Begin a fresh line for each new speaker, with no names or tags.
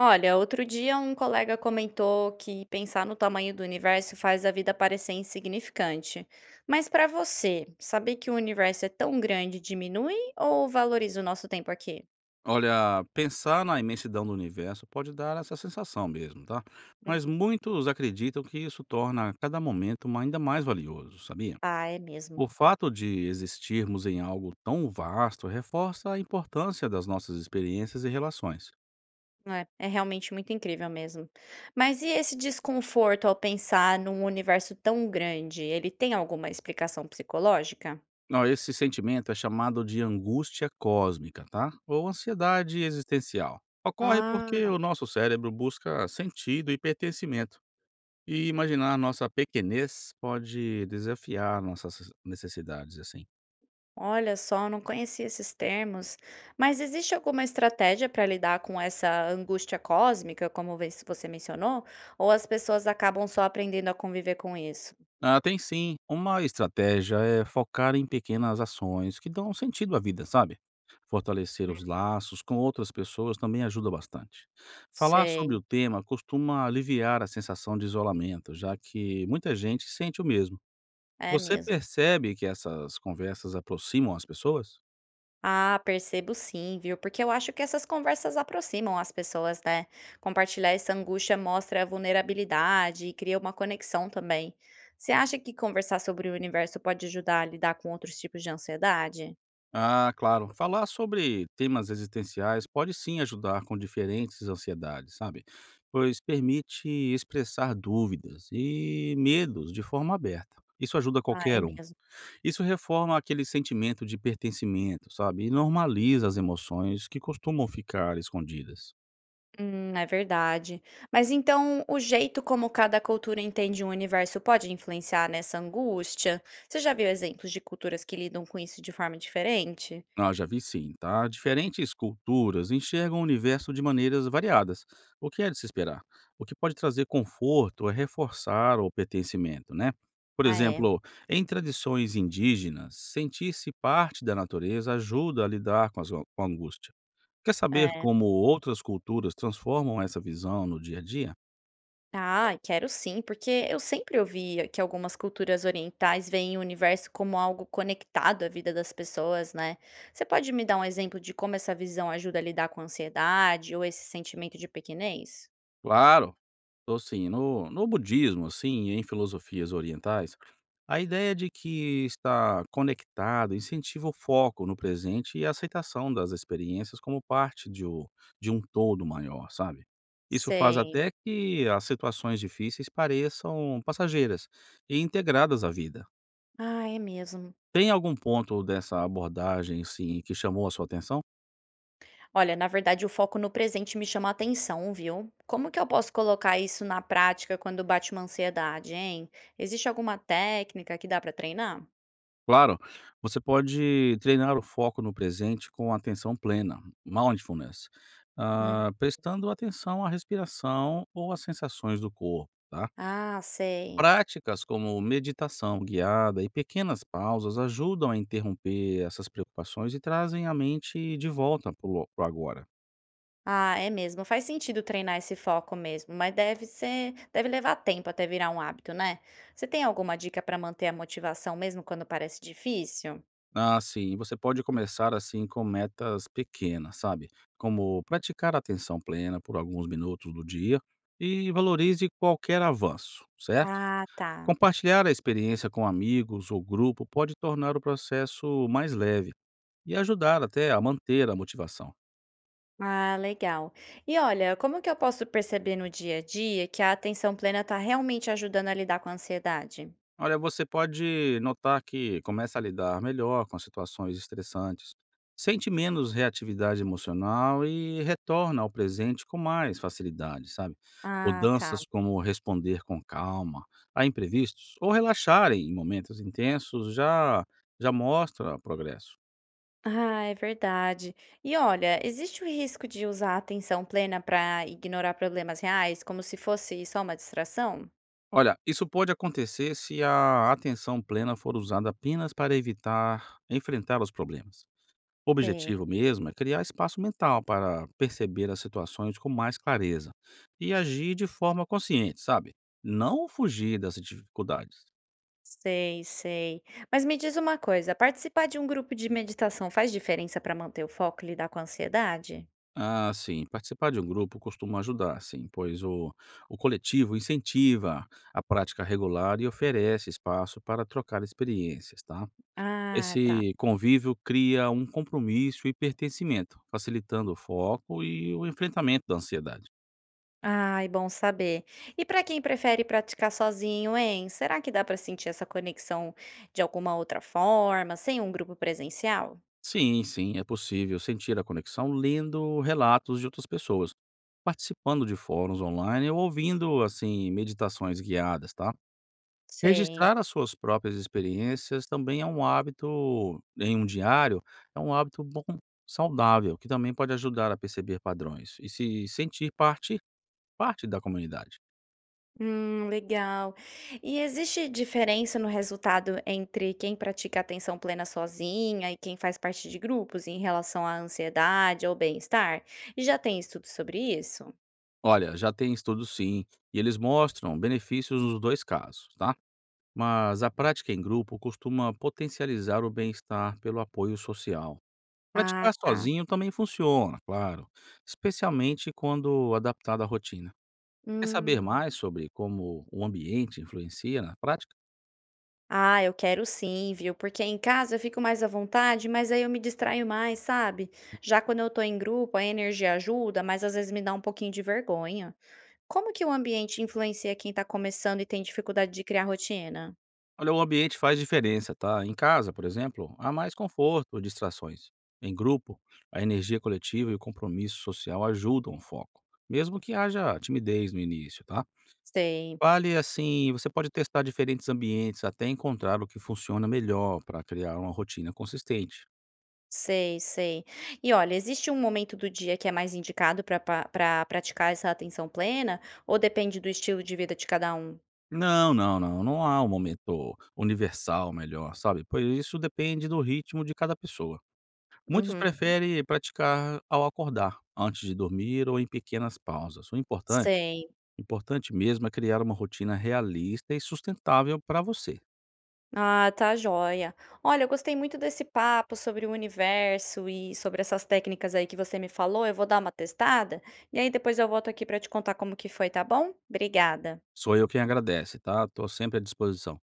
Olha, outro dia um colega comentou que pensar no tamanho do universo faz a vida parecer insignificante. Mas para você, saber que o universo é tão grande diminui ou valoriza o nosso tempo aqui?
Olha, pensar na imensidão do universo pode dar essa sensação mesmo, tá?
Hum.
Mas muitos acreditam que isso torna cada momento ainda mais valioso, sabia?
Ah, é mesmo.
O fato de existirmos em algo tão vasto reforça a importância das nossas experiências e relações.
É, é realmente muito incrível mesmo. Mas e esse desconforto ao pensar num universo tão grande? Ele tem alguma explicação psicológica?
Ó, esse sentimento é chamado de angústia cósmica, tá? Ou ansiedade existencial. Ocorre porque
Ah.
o nosso cérebro busca sentido e pertencimento. E imaginar nossa pequenez pode desafiar nossas necessidades, assim.
Olha só, não conhecia esses termos. Mas existe alguma estratégia para lidar com essa angústia cósmica, como você mencionou? Ou as pessoas acabam só aprendendo a conviver com isso?
Ah, tem sim. Uma estratégia é focar em pequenas ações que dão sentido à vida, sabe? Fortalecer os laços com outras pessoas também ajuda bastante. Falar sobre
Sei,
o tema costuma aliviar a sensação de isolamento, já que muita gente sente o mesmo.
é
Você
mesmo.
percebe que essas conversas aproximam as pessoas?
Ah, percebo sim, viu? Porque eu acho que essas conversas aproximam as pessoas, né? Compartilhar essa angústia mostra a vulnerabilidade e cria uma conexão também. Você acha que conversar sobre o universo pode ajudar a lidar com outros tipos de ansiedade?
Ah, claro. Falar sobre temas existenciais pode sim ajudar com diferentes ansiedades, sabe? Pois permite expressar dúvidas e medos de forma aberta. Isso ajuda
Ah, é
qualquer um.
mesmo.
Isso reforma aquele sentimento de pertencimento, sabe? E normaliza as emoções que costumam ficar escondidas.
É verdade. Mas então, o jeito como cada cultura entende o universo pode influenciar nessa angústia? Você já viu exemplos de culturas que lidam com isso de forma diferente?
Nós já vi sim, tá? Diferentes culturas enxergam o universo de maneiras variadas, o que é de se esperar. O que pode trazer conforto é reforçar o pertencimento, né? Por
Ah, é.
exemplo, em tradições indígenas, sentir-se parte da natureza ajuda a lidar com a angústia. Quer saber
É.
como outras culturas transformam essa visão no dia a dia?
Ah, quero sim, porque eu sempre ouvia que algumas culturas orientais veem o universo como algo conectado à vida das pessoas, né? Você pode me dar um exemplo de como essa visão ajuda a lidar com a ansiedade ou esse sentimento de pequenez?
Claro! Tô sim. No budismo, assim, e em filosofias orientais, a ideia de que está conectado incentiva o foco no presente e a aceitação das experiências como parte de um todo maior, sabe. Isso faz
Sei.
até que as situações difíceis pareçam passageiras e integradas à vida.
Ah, é mesmo.
Tem algum ponto dessa abordagem, sim, que chamou a sua atenção?
Olha, na verdade, o foco no presente me chama a atenção, viu? Como que eu posso colocar isso na prática quando bate uma ansiedade, hein? Existe alguma técnica que dá pra treinar?
Claro, você pode treinar o foco no presente com atenção plena, mindfulness,
Hum.
ah, prestando atenção à respiração ou às sensações do corpo, tá?
Ah, sei.
Práticas como meditação guiada e pequenas pausas ajudam a interromper essas preocupações e trazem a mente de volta para o agora.
Ah, é mesmo. Faz sentido treinar esse foco mesmo, mas deve levar tempo até virar um hábito, né? Você tem alguma dica pra manter a motivação mesmo quando parece difícil?
Assim, você pode começar assim com metas pequenas, sabe? Como praticar atenção plena por alguns minutos do dia e valorize qualquer avanço, certo?
Ah, tá.
Compartilhar a experiência com amigos ou grupo pode tornar o processo mais leve e ajudar até a manter a motivação.
Ah, legal. E olha, como que eu posso perceber no dia a dia que a atenção plena está realmente ajudando a lidar com a ansiedade?
Olha, você pode notar que começa a lidar melhor com situações estressantes, sente menos reatividade emocional e retorna ao presente com mais facilidade, sabe?
Ah, tá.
Mudanças como responder com calma a imprevistos ou relaxar em momentos intensos já mostra progresso.
Ah, é verdade. E olha, existe o risco de usar a atenção plena para ignorar problemas reais, como se fosse só uma distração?
Olha, isso pode acontecer se a atenção plena for usada apenas para evitar enfrentar os problemas. O
Sei,
objetivo mesmo é criar espaço mental para perceber as situações com mais clareza e agir de forma consciente, sabe? Não fugir das dificuldades.
sei, sei. Mas me diz uma coisa, participar de um grupo de meditação faz diferença para manter o foco e lidar com a ansiedade?
Ah, sim, participar de um grupo costuma ajudar, sim, pois o coletivo incentiva a prática regular e oferece espaço para trocar experiências, tá?
Ah, tá.
Esse convívio cria um compromisso e pertencimento, facilitando o foco e o enfrentamento da ansiedade.
Ai, bom saber. E para quem prefere praticar sozinho, hein? Será que dá para sentir essa conexão de alguma outra forma, sem um grupo presencial?
Sim, sim, é possível sentir a conexão lendo relatos de outras pessoas, participando de fóruns online ou ouvindo, assim, meditações guiadas, tá?
Sei.
Registrar as suas próprias experiências também é um hábito, em um diário, é um hábito bom, saudável, que também pode ajudar a perceber padrões e se sentir parte da comunidade.
Legal. E existe diferença no resultado entre quem pratica atenção plena sozinha e quem faz parte de grupos em relação à ansiedade ou bem-estar? E já tem estudo sobre isso?
Olha, já tem estudos sim, e eles mostram benefícios nos dois casos, tá? Mas a prática em grupo costuma potencializar o bem-estar pelo apoio social.
Ah,
Praticar
tá.
sozinho também funciona, claro, especialmente quando adaptado à rotina. Quer saber
Hum.
mais sobre como o ambiente influencia na prática?
Ah, eu quero sim, viu? Porque em casa eu fico mais à vontade, mas aí eu me distraio mais, sabe? Já quando eu tô em grupo, a energia ajuda, mas às vezes me dá um pouquinho de vergonha. Como que o ambiente influencia quem tá começando e tem dificuldade de criar rotina?
Olha, o ambiente faz diferença, tá? Em casa, por exemplo, há mais conforto, distrações. Em grupo, a energia coletiva e o compromisso social ajudam o foco, mesmo que haja timidez no início, tá?
Sei,
Vale assim, você pode testar diferentes ambientes até encontrar o que funciona melhor para criar uma rotina consistente.
sei, sei. E olha, existe um momento do dia que é mais indicado pra pra praticar essa atenção plena? Ou depende do estilo de vida de cada um?
Não, não, não, não há um momento universal melhor, sabe? Pois isso depende do ritmo de cada pessoa. Muitos
Uhum,
preferem praticar ao acordar, antes de dormir ou em pequenas pausas. O importante,
sei.
importante mesmo é criar uma rotina realista e sustentável para você.
Ah, tá joia. Olha, eu gostei muito desse papo sobre o universo e sobre essas técnicas aí que você me falou. Eu vou dar uma testada e aí depois eu volto aqui para te contar como que foi, tá bom? Obrigada.
Sou eu quem agradece, tá? Estou sempre à disposição.